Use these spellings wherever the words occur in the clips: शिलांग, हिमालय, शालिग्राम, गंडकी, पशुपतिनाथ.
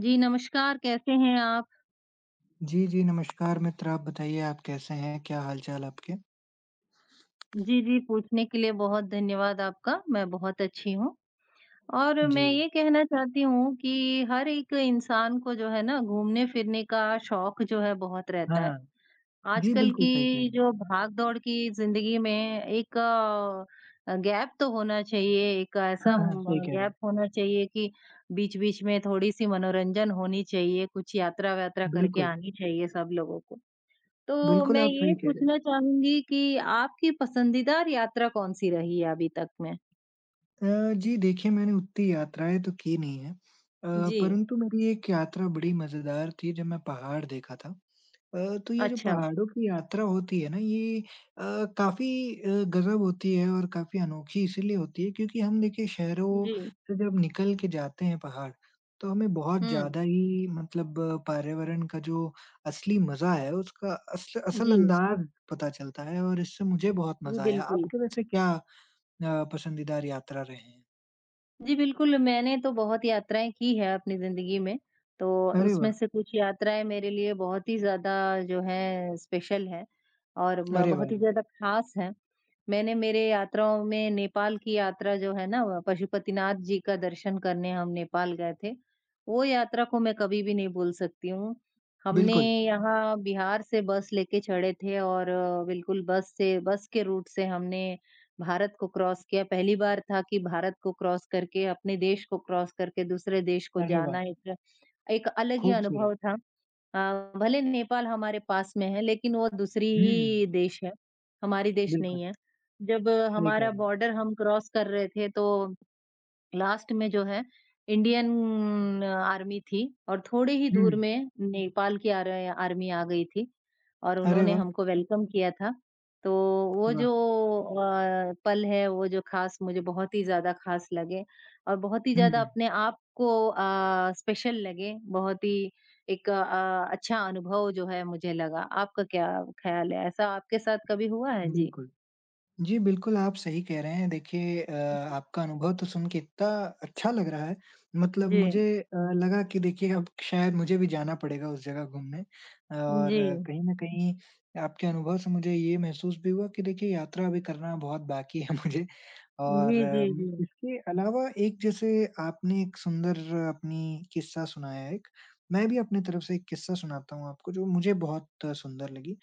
जी, नमस्कार, कैसे हैं आप? जी, जी, नमस्कार मित्र। आप बताइए आप कैसे हैं? क्या हाल-चाल आपके? जी, जी, पूछने के लिए बहुत धन्यवाद आपका, मैं बहुत अच्छी हूँ। और जी। मैं ये कहना चाहती हूँ कि हर एक इंसान को जो है ना घूमने-फिरने का शौक जो है बहुत रहता है। हाँ। जी, आजकल बिल्कुल सही कह रहे की हैं। जो भाग-दौड़ की ज़िंदगी में एक गैप तो होना चाहिए, एक हाँ, ऐसा हाँ, म सही कह रहे गैप हैं। होना चाहिए कि बीच-बीच में थोड़ी-सी मनोरंजन होनी चाहिए, कुछ यात्रा-वात्रा करके बिल्कुल, आनी चाहिए सब लोगों को। तो बिल्कुल मैं आप ये सही कह रहे हैं। पूछना चाहूँगी कि आपकी पसंदीदा यात्रा कौन-सी रही है अभी तक में? अ, जी देखिए मैंने उतनी यात्राएँ तो की नहीं है। जी। परंतु मेरी एक यात्रा बड़ी मज़ेदार थी जब मैं पहाड़ देखा था। तो ये जो अच्छा। पहाड़ों की यात्रा होती है ना ये अ, काफ़ी अ, गज़ब होती है और काफ़ी अनोखी इसीलिए होती है क्योंकि हम देखिए शहरों जी। से जब निकल के जाते हैं पहाड़, तो हमें बहुत हुँ। ज़्यादा ही मतलब पर्यावरण का जो असली मज़ा है उसका असल असल जी। अंदाज़ पता चलता है और इससे मुझे बहुत जी, मज़ा आया। बिल्कुल। आपके वैसे क्या पसंदीदा यात्रा रहे हैं? जी, बिल्कुल, मैंने तो बहुत यात्राएँ की हैं अपनी ज़िंदगी में, तो अरे उसमें वाह! से कुछ यात्राएँ मेरे लिए बहुत ही ज़्यादा जो हैं स्पेशल हैं और म अरे बहुत वाह! ही ज़्यादा ख़ास हैं। मैंने मेरे यात्राओं में नेपाल की यात्रा जो है ना पशुपतिनाथ जी का दर्शन करने हम नेपाल गए थे। वो यात्रा को मैं कभी भी नहीं भूल सकती हूँ। हमने बिल्कुल, यहाँ बिहार से बस लेके चढ़े थे और बिल्कुल बस से बस के रूट से हमने भारत को क्रॉस किया। पहली बार था कि भारत को क्रॉस करके अपने देश को क्रॉस करके दूसरे देश को अरे वाह! जाना एक एक अलग ही खूबसूरत। अनुभव था। अ, भले नेपाल हमारे पास में है लेकिन वो दूसरी हुँ, ही देश है, हमारी देश बिल्कुल, नहीं है। जब सही कह हमारा रहे हैं। बॉर्डर हम क्रॉस कर रहे थे तो लास्ट में जो है इंडियन आर्मी थी और थोड़े ही हुँ, दूर में नेपाल की आर आर्मी आ गई थी और अरे उन्होंने वाह! हमको वेलकम किया था। तो वो वाह! जो पल है, वो जो ख़ास मुझे बहुत ही ज़्यादा ख़ास लगे और बहुत ही ज़्यादा हुँ, अपने आप को स्पेशल लगे, बहुत ही एक अच्छा अनुभव जो है मुझे लगा। आपका क्या ख़्याल है? ऐसा आपके साथ कभी हुआ है? जी। बिल्कुल। जी, बिल्कुल, आप सही कह रहे हैं। देखिए आपका अनुभव तो सुन के इतना अच्छा लग रहा है, मतलब जी। मुझे लगा कि देखिए अब शायद मुझे भी जाना पड़ेगा उस जगह घूमने। जी। और जी। कहीं न कहीं आपके अनुभव से मुझे ये महसूस भी हुआ कि देखिए यात्रा अभी करना बहुत बाकी है मुझे। और जी, जी, जी। इसके अलावा एक जैसे आपने एक सुंदर अपनी किस्सा सुनाया एक, मैं भी अपनी तरफ से एक किस्सा सुनाता हूँ आपको जो मुझे बहुत सुंदर लगी।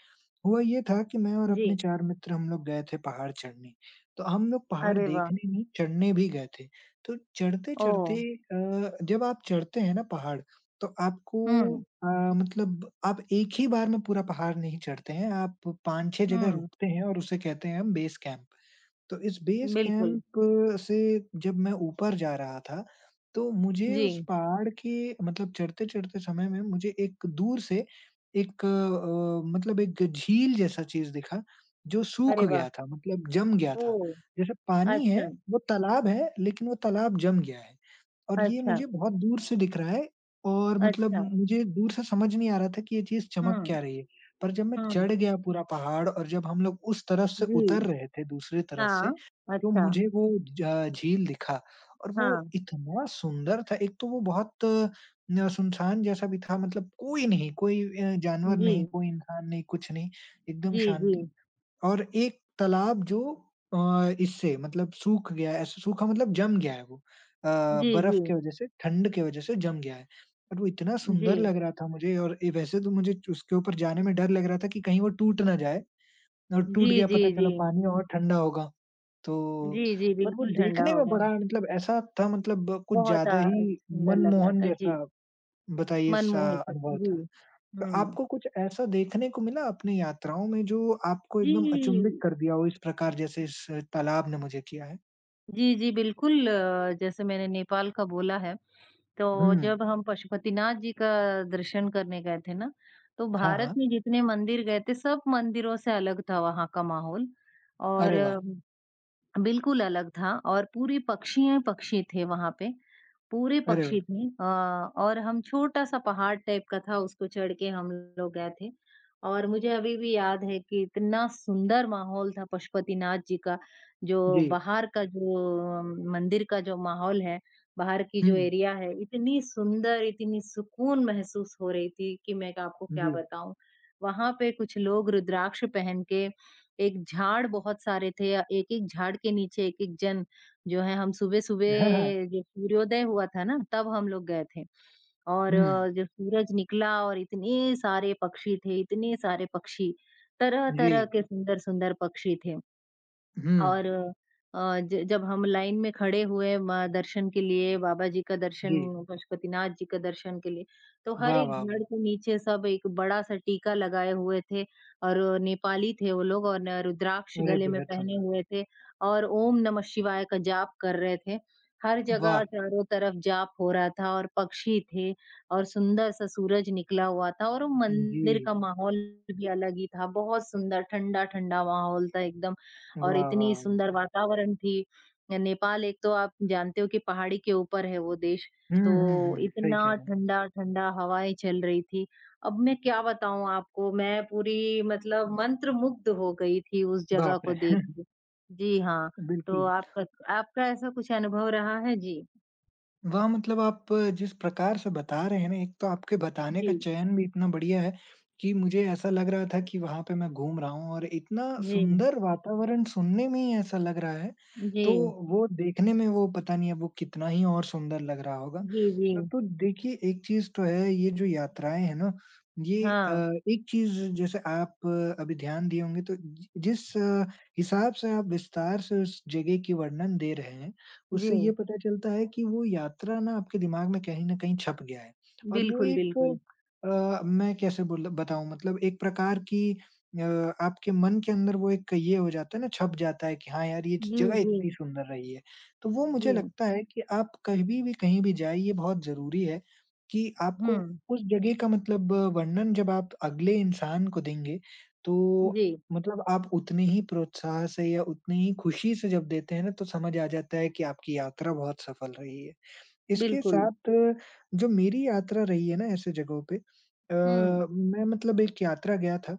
हुआ ये था कि मैं और जी। अपने 4 मित्र हम लोग गए थे पहाड़ चढ़ने। तो हम लोग पहाड़ अरे वाह! देखने नहीं, चढ़ने भी गए थे। तो ओह! चढ़ते-चढ़ते जब आप चढ़ते हैं ना पहाड़, तो आपको हुँ, अ, मतलब आप एक ही बार में पूरा पहाड़ नहीं चढ़ते हैं, आप 5-6 जगह हुँ, रुकते हैं और उसे कहते हैं हम बेस कैंप। तो इस बेस बिल्कुल। कैंप से जब मैं ऊपर जा रहा था, तो मुझे उस जी, पहाड़ के मतलब चढ़ते-चढ़ते समय में मुझे एक दूर से एक मतलब एक झील जैसा चीज़ दिखा, जो सूख अरे वाह! गया था मतलब जम गया था। ओह! जैसे पानी है, अच्छा, वो तालाब है, लेकिन वो तालाब जम गया है। और ये अच्छा, मुझे बहुत दूर से दिख रहा है और मतलब अच्छा। मुझे दूर से समझ नहीं आ रहा था कि ये चीज़ चमक हुँ, क्या रही है। पर जब मैं चढ़ हुँ, गया पूरा पहाड़ और जब हम लोग उस तरफ से उतर जी, रहे थे दूसरी तरफ हाँ, से, तो अच्छा, मुझे वो झ झील दिखा और हाँ, वो इतना सुंदर था। एक तो वो बहुत न सुनसान जैसा भी था मतलब कोई नहीं, कोई जानवर जी, नहीं, कोई इंसान नहीं, कुछ नहीं, एकदम जी, जी, शांति। और एक तालाब जो अ, इससे मतलब सूख गया है, सूखा मतलब जम गया है वो जी, बर्फ जी, की वजह से, ठंड की वजह से जम गया है। और वो इतना सुंदर जी, लग रहा था मुझे और वैसे तो मुझे उसके ऊपर जाने में डर लग रहा था कि कहीं वो टूट ना जाए और जी, टूट गया जी, पता चला जी, पानी और ठंडा होगा। तो जी, जी, पर वो बिल्कुल ठंडा देखने में होगा। बड़ा मतलब ऐसा था मतलब कुछ बहुत ज़्यादा ही सुंदर लग रहा मनमोहन था, जी, जैसा बताइए सा मनमोहित, अनुभव जी। था। तो हुँ, आपको कुछ ऐसा देखने को मिला अपनी यात्राओं में जो आपको एकदम जी, अचंभित कर दिया हो इस प्रकार जैसे इस तालाब ने मुझे किया है? जी, जी, बिल्कुल जैसे मैंने नेपाल का बोला है तो हुँ। जब हम पशुपतिनाथ जी का दर्शन करने गए थे ना, तो हाँ, भारत हाँ। में जितने मंदिर गए थे, सब मंदिरों से अलग था वहाँ का माहौल और अरे वाह! बिल्कुल अलग था और पूरी पक्षियाँ ही पक्षी थे वहाँ पे। पूरे अरे वाह! पक्षी थे और हम छोटा-सा पहाड़ टाइप का था उसको चढ़ के हम लोग गए थे। और मुझे अभी भी याद है कि इतना सुंदर माहौल था पशुपतिनाथ जी का, जो जी। बाहर का जो मंदिर का जो माहौल है, बाहर की हुँ, जो एरिया है, इतनी सुंदर, इतनी सुकून महसूस हो रही थी कि मैं आपको क्या जी। बताऊँ। वहाँ पे कुछ लोग रुद्राक्ष पहन के एक झाड़ बहुत सारे थे। एक-एक झाड़ के नीचे एक-एक जन जो है हम हाँ, हाँ। सुबह-सुबह जो सूर्योदय हुआ था ना तब हम लोग गए थे। और हुँ, जब सूरज निकला और इतने सारे पक्षी थे, इतने सारे पक्षी जी। तरह-तरह के सुंदर-सुंदर पक्षी थे। हुँ, और अ, ज जब हम लाइन में खड़े हुए म दर्शन के लिए, बाबा जी का दर्शन, जी। पशुपतिनाथ जी का दर्शन के लिए, तो हर वाह, एक वाह, वाह! पेड़ के नीचे सब एक बड़ा-सा टीका लगाए हुए थे और नेपाली थे वो लोग और न रुद्राक्ष अरे गले में बेहद पहने सुंदर। हुए थे और ओम नमः शिवाय का जाप कर रहे थे। हर जगह वाह! चारों तरफ जाप हो रहा था और पक्षी थे और सुंदर-सा सूरज निकला हुआ था और वो जी। मंदिर का माहौल भी अलग ही था। बहुत सुंदर ठंडा-ठंडा माहौल था एकदम। वाह, और वाह, इतनी वाह! सुंदर वातावरण थी। नेपाल एक तो आप जानते हो कि पहाड़ी के ऊपर है वो देश, हुँ, हुँ, तो हुँ। सही कह इतना रहे हैं। ठंडा-ठंडा हवाएँ चल रही थी। अब मैं क्या बताऊँ आपको, मैं पूरी मतलब मंत्रमुग्ध हो गई थी उस जगह बाप को रे! देख के। जी हाँ, तो बिल्कुल। आपका आपका ऐसा कुछ अनुभव रहा है? जी। वाह! मतलब आप जिस प्रकार से बता रहे हैं ना, एक तो आपके बताने जी, का चयन भी इतना बढ़िया है कि मुझे ऐसा लग रहा था कि वहाँ पे मैं घूम रहा हूँ और इतना जी, सुंदर वातावरण सुनने में ही ऐसा लग रहा है, जी, तो वो देखने में वो पता नहीं अब वो कितना ही और सुंदर लग रहा होगा। जी, जी। न तो देखिए, एक चीज़ तो है ये जो यात्राएँ हैं ना, ये हाँ, एक चीज़ जैसे आप अभी ध्यान दिए होंगे तो जि जिस हिसाब से आप विस्तार से उस जगह की वर्णन दे रहे हैं, जी। उससे ये पता चलता है कि वो यात्रा ना आपके दिमाग में कहीं न कहीं छप गया है और वो बिल्कुल, एक बिल्कुल। मैं कैसे बोल बताऊँ मतलब एक प्रकार की आपके मन के अंदर वो एक ये हो जाता है ना छप जाता है कि हाँ यार, ये जी, जगह जी, इतनी सुंदर रही है। तो वो जी। मुझे लगता है कि आप कभी भी कहीं भी जाएँ ये बहुत ज़रूरी है कि आपको हुँ, उस जगह का मतलब वर्णन जब आप अगले इंसान को देंगे, तो जी, मतलब आप उतने ही प्रोत्साह से या उतनी ही खुशी से जब देते हैं ना, तो समझ आ जाता है कि आपकी यात्रा बहुत सफल रही है। इसके बिल्कुल। साथ जो मेरी यात्रा रही है ना ऐसे जगहों पे हुँ, मैं मतलब एक यात्रा गया था।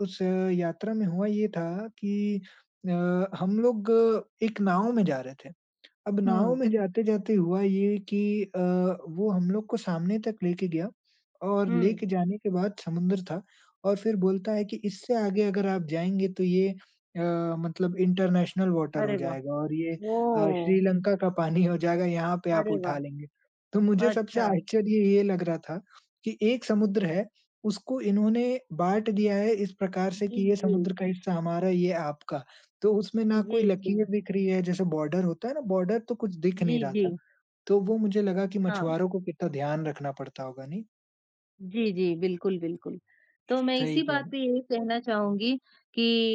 उस यात्रा में हुआ ये था कि अ, हम लोग एक नाव में जा रहे थे। अब हुँ। नाव में जाते-जाते हुआ ये कि वो हम लोग को सामने तक लेके गया और हुँ। लेके जाने के बाद समुद्र था और फिर बोलता है कि इससे आगे अगर आप जाएँगे तो ये मतलब इंटरनेशनल वाटर अरे हो वाह! जाएगा और ये ओह! श्रीलंका का पानी हो जाएगा, यहाँ पे आप अरे वाह! उठा लेंगे। तो मुझे सबसे अच्छा। आश्चर्य ये लग रहा था कि एक समुद्र है, उसको इन्होंने बाँट दिया है इस प्रकार से जी, कि ये जी। समुद्र का हिस्सा हमारा, ये आपका। तो उसमें ना जी, कोई जी। लकीर दिख रही है, जैसे बॉर्डर होता है ना, बॉर्डर तो कुछ दिख नहीं जी, रहा जी। था। तो वो मुझे लगा कि हाँ। मछुआरों को कितना ध्यान रखना पड़ता होगा, नहीं? जी, जी। बिल्कुल, बिल्कुल। तो मैं सही इसी कह रहे बात हैं। पे यही कहना चाहूँगी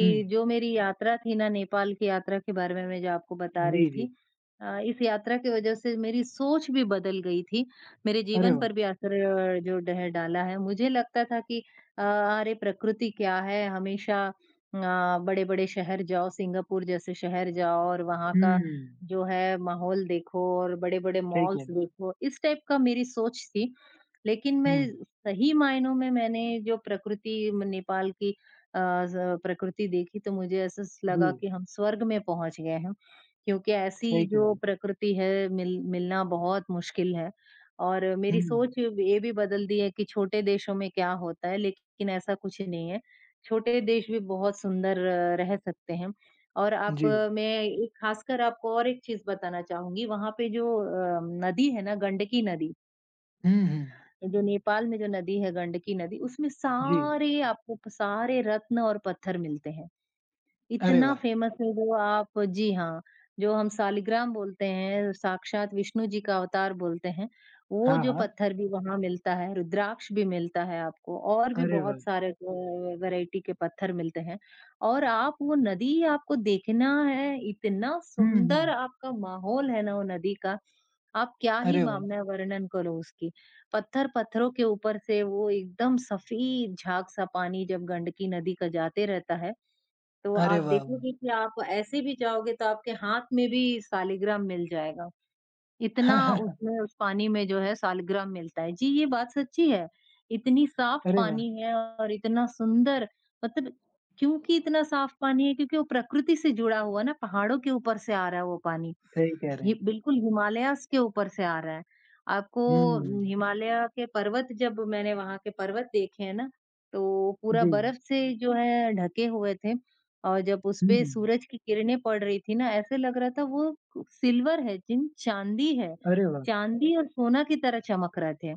हुँ, जो मेरी यात्रा थी ना नेपाल की यात्रा के बारे में मैं जो आपको बता रही जी, जी। थी इस यात्रा की वज़ह से मेरी सोच भी बदल गई थी। मेरे अरे जीवन वाह! पर भी असर अ, जो डह डाला है। मुझे लगता था कि अरे प्रकृति क्या है हमेशा बड़े-बड़े शहर जाओ, सिंगापुर जैसे शहर जाओ और वहाँ का हुँ, जो है माहौल देखो और बड़े-बड़े सही कह मॉल्स रहे हैं। देखो, इस टाइप का मेरी सोच थी। लेकिन मैं हुँ, सही मायनों में मैंने जो प्रकृति नेपाल की अ, प्रकृति देखी तो मुझे ऐसा जी, लगा कि हम स्वर्ग में पहुंच गए हैं क्योंकि ऐसी सही कह जो रहे हैं। प्रकृति है मिलना बहुत मुश्किल है और मेरी हुँ, सोच ये भी बदल दी है कि छोटे देशों में क्या होता है लेकिन ऐसा कुछ नहीं है छोटे देश भी बहुत सुंदर रह सकते हैं और आप जी। मैं एक खासकर आपको और एक चीज बताना चाहूंगी वहां पे जो नदी है ना गंडकी नदी हुँ, हुँ, जो नेपाल में जो नदी है गंडकी नदी उसमें जी। सारे आपको सारे रत्न और पत्थर मिलते हैं अरे इतना वाह! फेमस है वो आप जी हाँ, जो हम शालिग्राम बोलते हैं, साक्षात विष्णु जी का अवतार बोलते हैं, वो हाँ, जो हाँ। पत्थर भी वहाँ मिलता है, रुद्राक्ष भी मिलता है आपको और भी अरे वाह! बहुत सारे वैरायटी के पत्थर मिलते हैं और आप वो नदी आपको देखना है, इतना हुँ, हुँ। सुंदर आपका माहौल है ना वो नदी का, आप क्या ही अरे वाह! मामना वर्णन करो उसकी। पत्थरों के ऊपर से वो एकदम सफ़ेद झाग सा पानी जब गंडकी नदी का जाते रहता है तो अरे आप वाह, वाह! देखोगे कि आप ऐसे भी जाओगे तो आपके हाथ में भी शालिग्राम मिल जाएगा। इतना उसमें उस पानी में जो है शालिग्राम मिलता है। जी, ये बात सच्ची है। इतनी साफ अरे वाह! पानी है और इतना सुंदर मतलब क्योंकि इतना साफ पानी है क्योंकि वो प्रकृति से जुड़ा हुआ है ना, पहाड़ों के ऊपर से आ रहा है वो पानी। सही कह रहे हि हैं। बिल्कुल हिमालयाज़ के ऊपर से आ रहा है। आपको हुँ, न, हिमालय के पर्वत जब मैंने वहाँ के पर्वत देखे हैं ना, तो पूरा जी। बर्फ से जो है ढके हुए थे और जब उसपे हुँ, सूरज की किरणें पड़ रही थी ना, ऐसे लग रहा था वो सिल्वर है जिन चाँदी है। अरे वाह! चाँदी और सोना की तरह चमक रहे थे।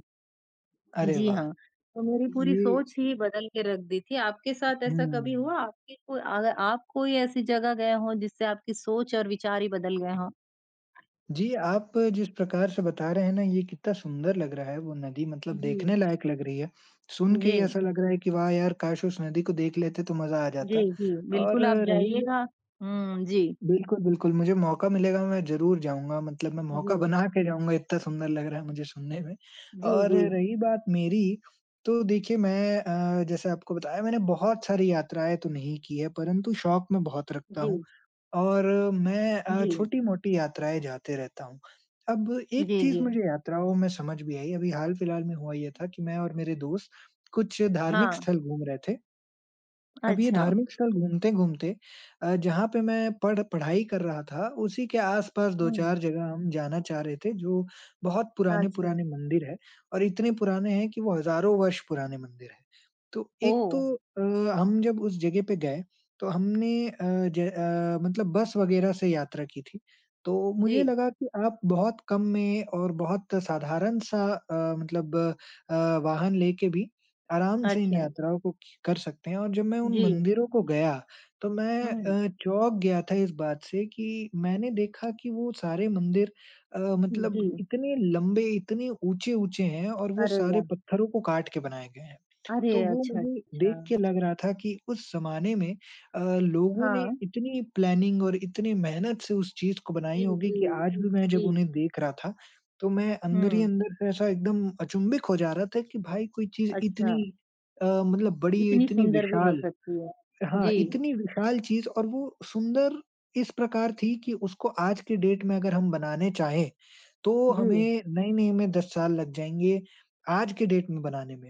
अरे जी वाह! हाँ, तो मेरी पूरी ये सोच ही बदल के रख दी थी। आपके साथ ऐसा कभी हुआ? हुँ। आपकी कोई अगर आप कोई ऐसी जगह गए हों जिससे आपकी सोच और विचार ही बदल गए हों? जी, आप जिस प्रकार से बता रहे हैं ना, ये कितना सुंदर लग रहा है वो नदी मतलब जी। देखने लायक लग रही है। सुन के जी। ही ऐसा लग रहा है कि वाह यार! काश उस नदी को देख लेते तो मज़ा आ जी, जाता। जी, और बिल्कुल आप रही ब जाइएगा। हुँ, जी। बिल्कुल, बिल्कुल, मुझे मौका मिलेगा मैं ज़रूर जाऊँगा मतलब मैं मौका जी, बना के जाऊँगा, इतना सुंदर लग रहा है मुझे सुनने में। जी, और जी, रही बात मेरी, तो देखिए मैं जैसे आपको बताया मैंने बहुत सारी यात्राएँ तो नहीं की है, परंतु शौक मैं बहुत रखता जी, हूँ। और मैं जी, छोटी-मोटी यात्राएँ जाते रहता हूँ। अब एक जी, चीज़ जी। मुझे यात्राओं में समझ भी आई, अभी हाल-फिलहाल में हुआ ये था कि मैं और मेरे दोस्त कुछ हाँ, धार्मिक स्थल घूम रहे थे। अब ये अच्छा। धार्मिक स्थल घूमते-घूमते जहाँ पे मैं पढ़ाई कर रहा था, उसी के आस-पास हुँ, 2-4 जगह हम जाना चाह रहे थे, जो बहुत अच्छा। पुराने-पुराने मंदिर हैं और इतने पुराने हैं कि वो हज़ारों वर्ष पुराने मंदिर हैं। तो एक ओह! तो हम जब उस जगह पे गए, तो हमने मतलब बस वगैरह से यात्रा की थी। तो मुझे जी, लगा कि आप बहुत कम में और बहुत साधारण-सा मतलब अ, वाहन लेके भी आराम से इन अच्छा, यात्राओं को क कर सकते हैं और जब मैं उन जी, मंदिरों को गया, तो मैं हुँ, चौंक गया था इस बात से कि मैंने देखा कि वो सारे मंदिर जी। मतलब इतने लंबे, इतने ऊँचे-ऊँचे हैं और वो अरे सारे वाह! पत्थरों को काट के बनाए गए हैं। अरे तो वो अच्छा, मुझे अच्छा। देख के लग रहा था कि उस ज़माने में लोगों ने हाँ, इतनी प्लानिंग और इतनी मेहनत से उस चीज़ को जी, बनाई होगी जी, कि आज जी, भी मैं जी। जब उन्हें देख रहा था, तो मैं अंदर ही हुँ, अंदर से ऐसा एकदम अचंभित हो जा रहा था कि भाई कोई चीज़ अच्छा, इतनी मतलब बड़ी, इतनी इतनी सुंदर भी हो विशाल सकती है। हाँ, जी, इतनी विशाल चीज़ और वो सुंदर इस प्रकार थी कि उसको आज के डेट में अगर हम बनाने चाहें, तो जी, हमें नए-नए में 10 साल लग जाएँगे, आज के डेट में बनाने में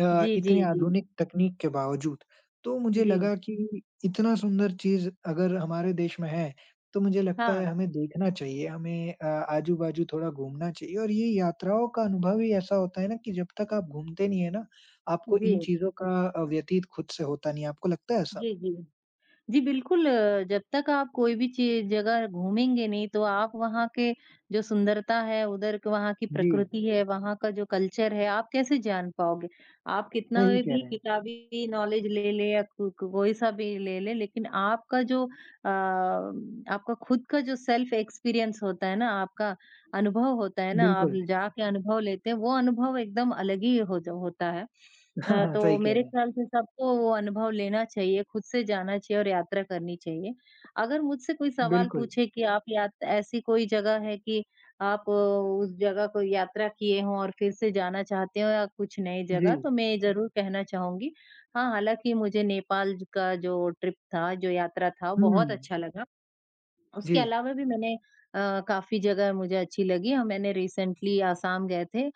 जी, जी, इतने जी, आधुनिक तकनीक के बावजूद। तो मुझे जी, लगा कि इतना सुंदर चीज़ अगर हमारे देश में है, तो मुझे लगता हाँ, है हमें देखना चाहिए, हमें आजू-बाजू थोड़ा घूमना चाहिए और ये यात्राओं का अनुभव ही ऐसा होता है ना कि जब तक आप घूमते नहीं है ना, आपको जी, इन चीज़ों का व्यतीत खुद से होता नहीं है। आपको लगता है ऐसा? जी, जी। जी, बिल्कुल जब तक आप कोई भी ची जगह घूमेंगे नहीं तो आप वहाँ के जो सुंदरता है, उधर क वहाँ की जी, प्रकृति है, वहाँ का जो कल्चर है, आप कैसे जान पाओगे? आप कितना सही कह भी रहे हैं। किताबी नॉलेज ले लें या कोई सा भी ले लें, लेकिन आपका जो आपका खुद का जो सेल्फ एक्सपीरियंस होता है ना, आपका अनुभव होता है ना, आप बिल्कुल, जाके अनुभव लेते हैं, वो अनुभव एकदम अलग ही हो ज होता है। हाँ, हाँ, सही तो कह मेरे रहे ख्याल से सबको वो अनुभव लेना चाहिए, खुद से जाना चाहिए और यात्रा करनी चाहिए। अगर मुझसे कोई हैं। सवाल बिल्कुल, पूछे कि आप यात ऐसी कोई जगह है कि आप उस जगह को यात्रा किए हों और फिर से जाना चाहते हो या कुछ नई जी। जगह, तो मैं ज़रूर कहना चाहूँगी। हाँ, हालाँकि मुझे नेपाल ज का जो ट्रिप था, जो यात्रा था, वो हुँ, बहुत अच्छा लगा। उसके जी। अलावा भी मैंने काफ़ी जगह मुझे अच्छी लगी और मैंने रिसेंटली आसाम गए थे।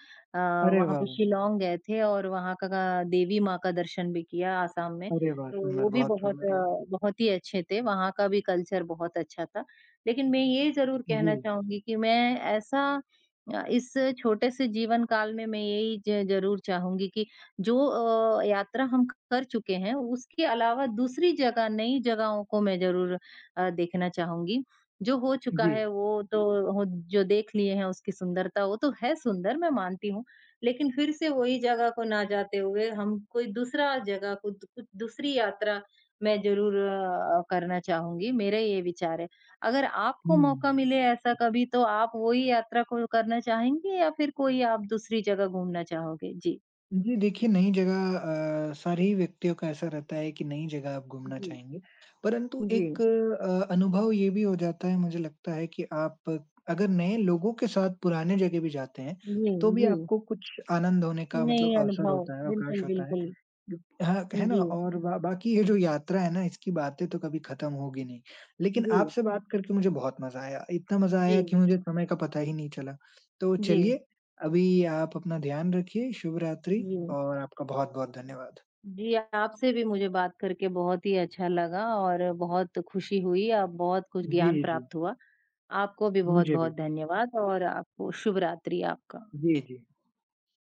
अरे वहाँ वाह! पे वाह, शिलांग गए थे और वहाँ का देवी माँ का दर्शन भी किया आसाम में। अरे वाह! तो वो सुंदर, भी बहुत सुंदर, वाह! बहुत ही अच्छे थे, वहाँ का भी कल्चर बहुत अच्छा था। लेकिन मैं ये ज़रूर कहना जी, चाहूँगी कि मैं ऐसा इस छोटे से जीवन काल में मैं यही ज ज़रूर चाहूँगी कि जो यात्रा हम कर चुके हैं, उसके अलावा दूसरी जगह, नई जगहों को मैं ज़रूर देखना चाहूँगी। जो हो चुका जी। है वो तो हो जो देख लिए हैं उसकी सुंदरता वो तो है सुंदर मैं मानती हूँ। लेकिन फिर से वही जगह को ना जाते हुए हम कोई दूसरा जगह को कुछ दूसरी यात्रा मैं ज़रूर करना चाहूँगी, मेरा ये विचार है। अगर आपको मौका हुँ। मिले ऐसा कभी तो आप वही यात्रा को करना चाहेंगे या फिर कोई आप दूसरी जगह घूमना चाहोगे? जी। जी, देखिए नई जगह सारे ही व्यक्तियों का ऐसा रहता है कि नई जगह आप घूमना जी, चाहेंगे, परंतु जी, एक अनुभव ये भी हो जाता है मुझे लगता है कि आप अगर नए लोगों के साथ पुराने जगह भी जाते हैं, जी, तो भी जी। आपको कुछ आनंद होने का नए मतलब अवसर अनुभव होता है, बिल्कुल, अवकाश होता है। बिल्कुल। हाँ, है ना जी, और बा बाकी ये जो यात्रा है ना, इसकी बातें तो कभी खत्म होगी नहीं। लेकिन जी, आपसे बात करके मुझे बहुत मज़ा आया। इतना मज़ा आया जी, कि मुझे समय का पता ही नहीं चला। तो जी, चलिए, अभी आप अपना ध्यान रखिए, शुभ रात्रि जी। और आपका बहुत-बहुत धन्यवाद। जी, आपसे भी मुझे बात करके बहुत ही अच्छा लगा और बहुत खुशी हुई, अब बहुत कुछ ज्ञान जी, जी। प्राप्त हुआ। आपको भी मुझे बहुत-बहुत भी। धन्यवाद और आपको शुभ रात्रि आपका। जी, जी।